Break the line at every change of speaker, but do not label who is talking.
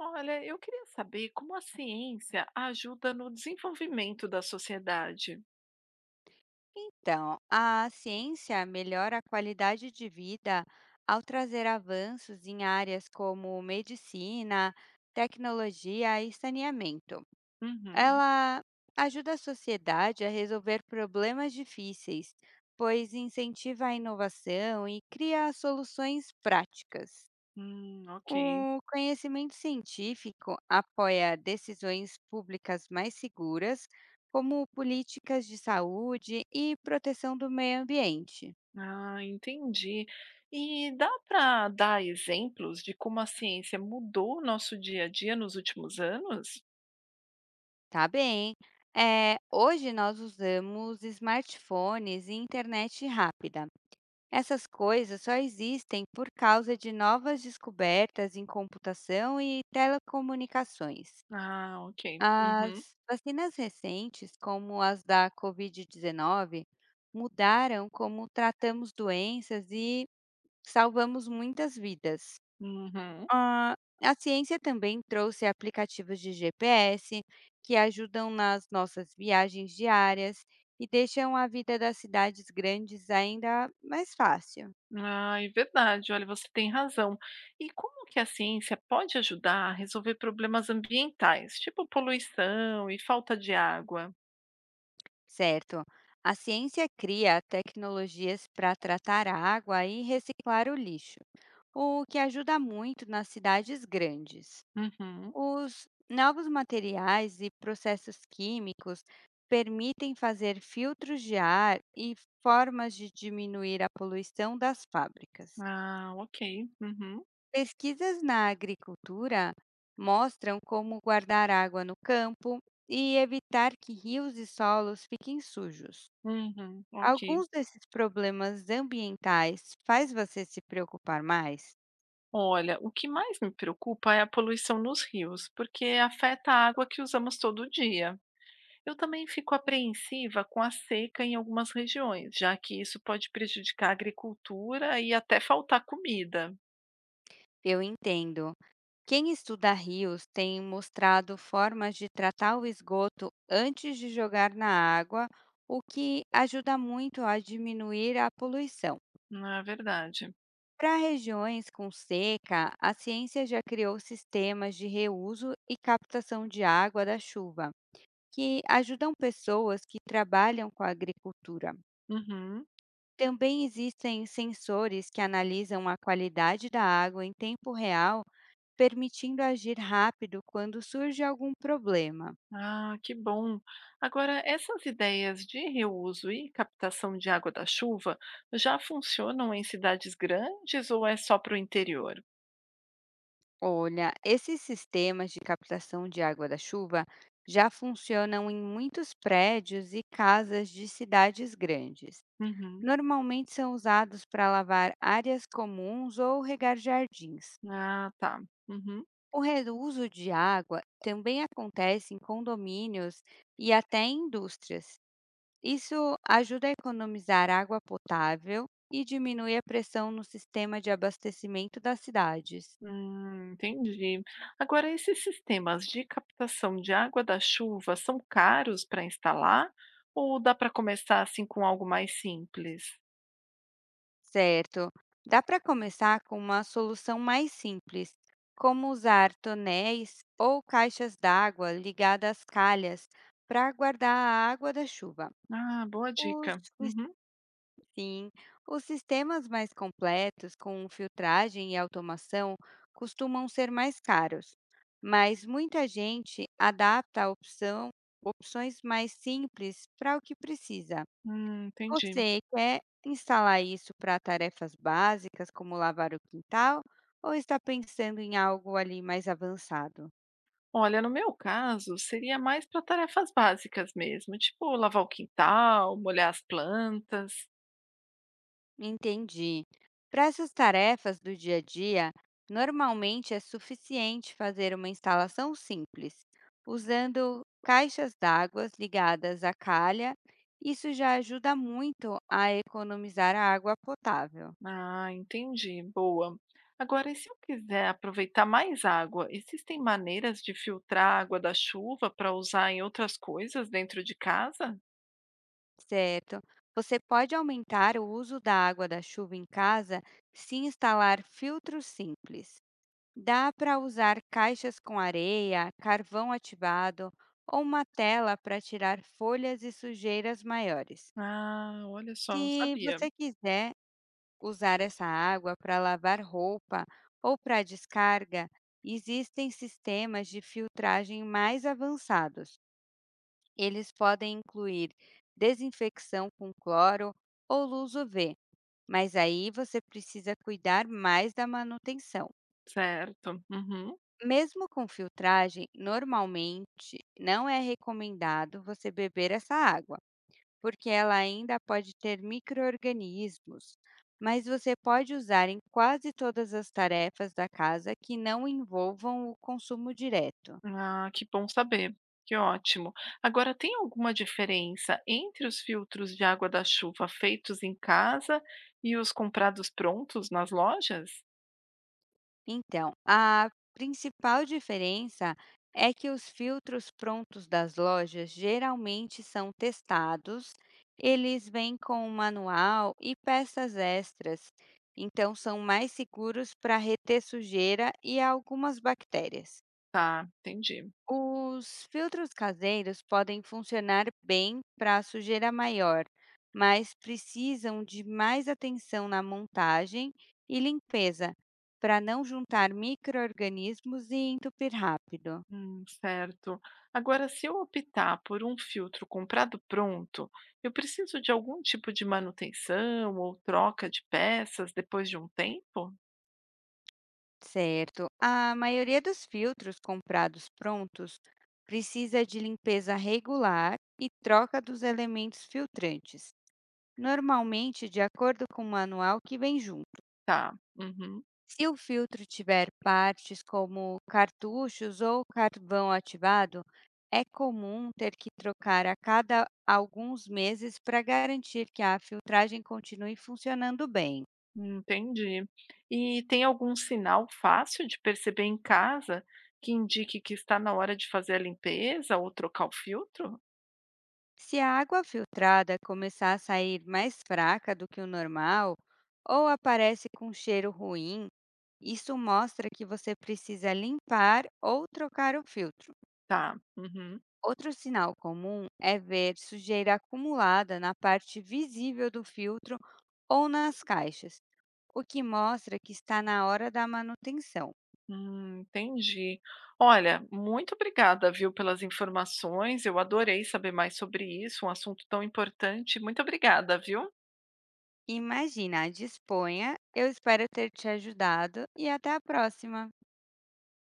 Olha, eu queria saber como a ciência ajuda no desenvolvimento da sociedade.
Então, a ciência melhora a qualidade de vida ao trazer avanços em áreas como medicina, tecnologia e saneamento.
Uhum.
Ela ajuda a sociedade a resolver problemas difíceis, pois incentiva a inovação e cria soluções práticas.
Ok.
O conhecimento científico apoia decisões públicas mais seguras, como políticas de saúde e proteção do meio ambiente.
Ah, entendi. E dá para dar exemplos de como a ciência mudou o nosso dia a dia nos últimos anos?
Tá bem. É, hoje nós usamos smartphones e internet rápida. Essas coisas só existem por causa de novas descobertas em computação e telecomunicações.
Ah, ok. Uhum.
As vacinas recentes, como as da Covid-19, mudaram como tratamos doenças e salvamos muitas vidas.
Uhum.
Ah, a ciência também trouxe aplicativos de GPS que ajudam nas nossas viagens diárias e deixam a vida das cidades grandes ainda mais fácil.
Ah, é verdade. Olha, você tem razão. E como que a ciência pode ajudar a resolver problemas ambientais, tipo poluição e falta de água?
Certo. A ciência cria tecnologias para tratar a água e reciclar o lixo, o que ajuda muito nas cidades grandes.
Uhum.
Os novos materiais e processos químicos permitem fazer filtros de ar e formas de diminuir a poluição das fábricas.
Ah, ok. Uhum,
Pesquisas na agricultura mostram como guardar água no campo e evitar que rios e solos fiquem sujos.
uhum, ok.
Alguns desses problemas ambientais faz você se preocupar mais?
Olha, o que mais me preocupa é a poluição nos rios, porque afeta a água que usamos todo dia. Eu também fico apreensiva com a seca em algumas regiões, já que isso pode prejudicar a agricultura e até faltar comida,
Eu entendo. Quem estuda rios tem mostrado formas de tratar o esgoto antes de jogar na água, o que ajuda muito a diminuir a poluição.
não é verdade?
Para regiões com seca, a ciência já criou sistemas de reuso e captação de água da chuva, que ajudam pessoas que trabalham com a agricultura.
Uhum.
Também existem sensores que analisam a qualidade da água em tempo real, permitindo agir rápido quando surge algum problema.
Ah, que bom. Agora, essas ideias de reuso e captação de água da chuva já funcionam em cidades grandes ou é só para o interior?
Olha, esses sistemas de captação de água da chuva já funcionam em muitos prédios e casas de cidades grandes.
Uhum.
Normalmente são usados para lavar áreas comuns ou regar jardins.
Ah, tá. Uhum.
O reuso de água também acontece em condomínios e até em indústrias. Isso ajuda a economizar água potável e diminui a pressão no sistema de abastecimento das cidades.
Entendi. Agora, esses sistemas de captação de água da chuva são caros para instalar ou dá para começar assim com algo mais simples?
Certo. Dá para começar com uma solução mais simples, como usar tonéis ou caixas d'água ligadas às calhas para guardar a água da chuva.
Ah, boa
Os
dica. Uhum.
Sim, os sistemas mais completos, com filtragem e automação, costumam ser mais caros, mas muita gente adapta a opções mais simples para o que precisa.
Entendi.
Você quer instalar isso para tarefas básicas, como lavar o quintal, ou está pensando em algo ali mais avançado?
Olha, no meu caso, seria mais para tarefas básicas mesmo, tipo lavar o quintal, molhar as plantas.
Entendi. Para essas tarefas do dia a dia, normalmente é suficiente fazer uma instalação simples, usando caixas d'água ligadas à calha. Isso já ajuda muito a economizar a água potável,
Ah, entendi. Boa. Agora, e se eu quiser aproveitar mais água, existem maneiras de filtrar a água da chuva para usar em outras coisas dentro de casa?
certo? Você pode aumentar o uso da água da chuva em casa se instalar filtros simples. Dá para usar caixas com areia, carvão ativado ou uma tela para tirar folhas e sujeiras maiores.
Ah, olha só, não
Se
sabia.
você quiser usar essa água para lavar roupa ou para descarga, existem sistemas de filtragem mais avançados. Eles podem incluir desinfecção com cloro ou luz UV, mas aí você precisa cuidar mais da manutenção.
Certo. Uhum.
Mesmo com filtragem, normalmente não é recomendado você beber essa água, porque ela ainda pode ter micro-organismos, mas você pode usar em quase todas as tarefas da casa que não envolvam o consumo direto.
Ah, que bom saber. Que ótimo. Agora, tem alguma diferença entre os filtros de água da chuva feitos em casa e os comprados prontos nas lojas?
Então, a principal diferença é que os filtros prontos das lojas geralmente são testados, eles vêm com um manual e peças extras, então são mais seguros para reter sujeira e algumas bactérias.
Tá, entendi.
Os filtros caseiros podem funcionar bem para sujeira maior, mas precisam de mais atenção na montagem e limpeza para não juntar micro-organismos e entupir rápido.
Certo. Agora, se eu optar por um filtro comprado pronto, eu preciso de algum tipo de manutenção ou troca de peças depois de um tempo?
Certo. A maioria dos filtros comprados prontos precisa de limpeza regular e troca dos elementos filtrantes, normalmente de acordo com o manual que vem junto.
Tá, uhum,
Se o filtro tiver partes como cartuchos ou carvão ativado, é comum ter que trocar a cada alguns meses para garantir que a filtragem continue funcionando bem.
entendi. E tem algum sinal fácil de perceber em casa que indique que está na hora de fazer a limpeza ou trocar o filtro?
Se a água filtrada começar a sair mais fraca do que o normal ou aparece com cheiro ruim, isso mostra que você precisa limpar ou trocar o filtro.
Tá, uhum.
Outro sinal comum é ver sujeira acumulada na parte visível do filtro ou nas caixas, o que mostra que está na hora da manutenção.
Entendi. Olha, muito obrigada, viu, pelas informações. Eu adorei saber mais sobre isso, um assunto tão importante. Muito obrigada, viu?
Imagina, disponha. Eu espero ter te ajudado e até a próxima.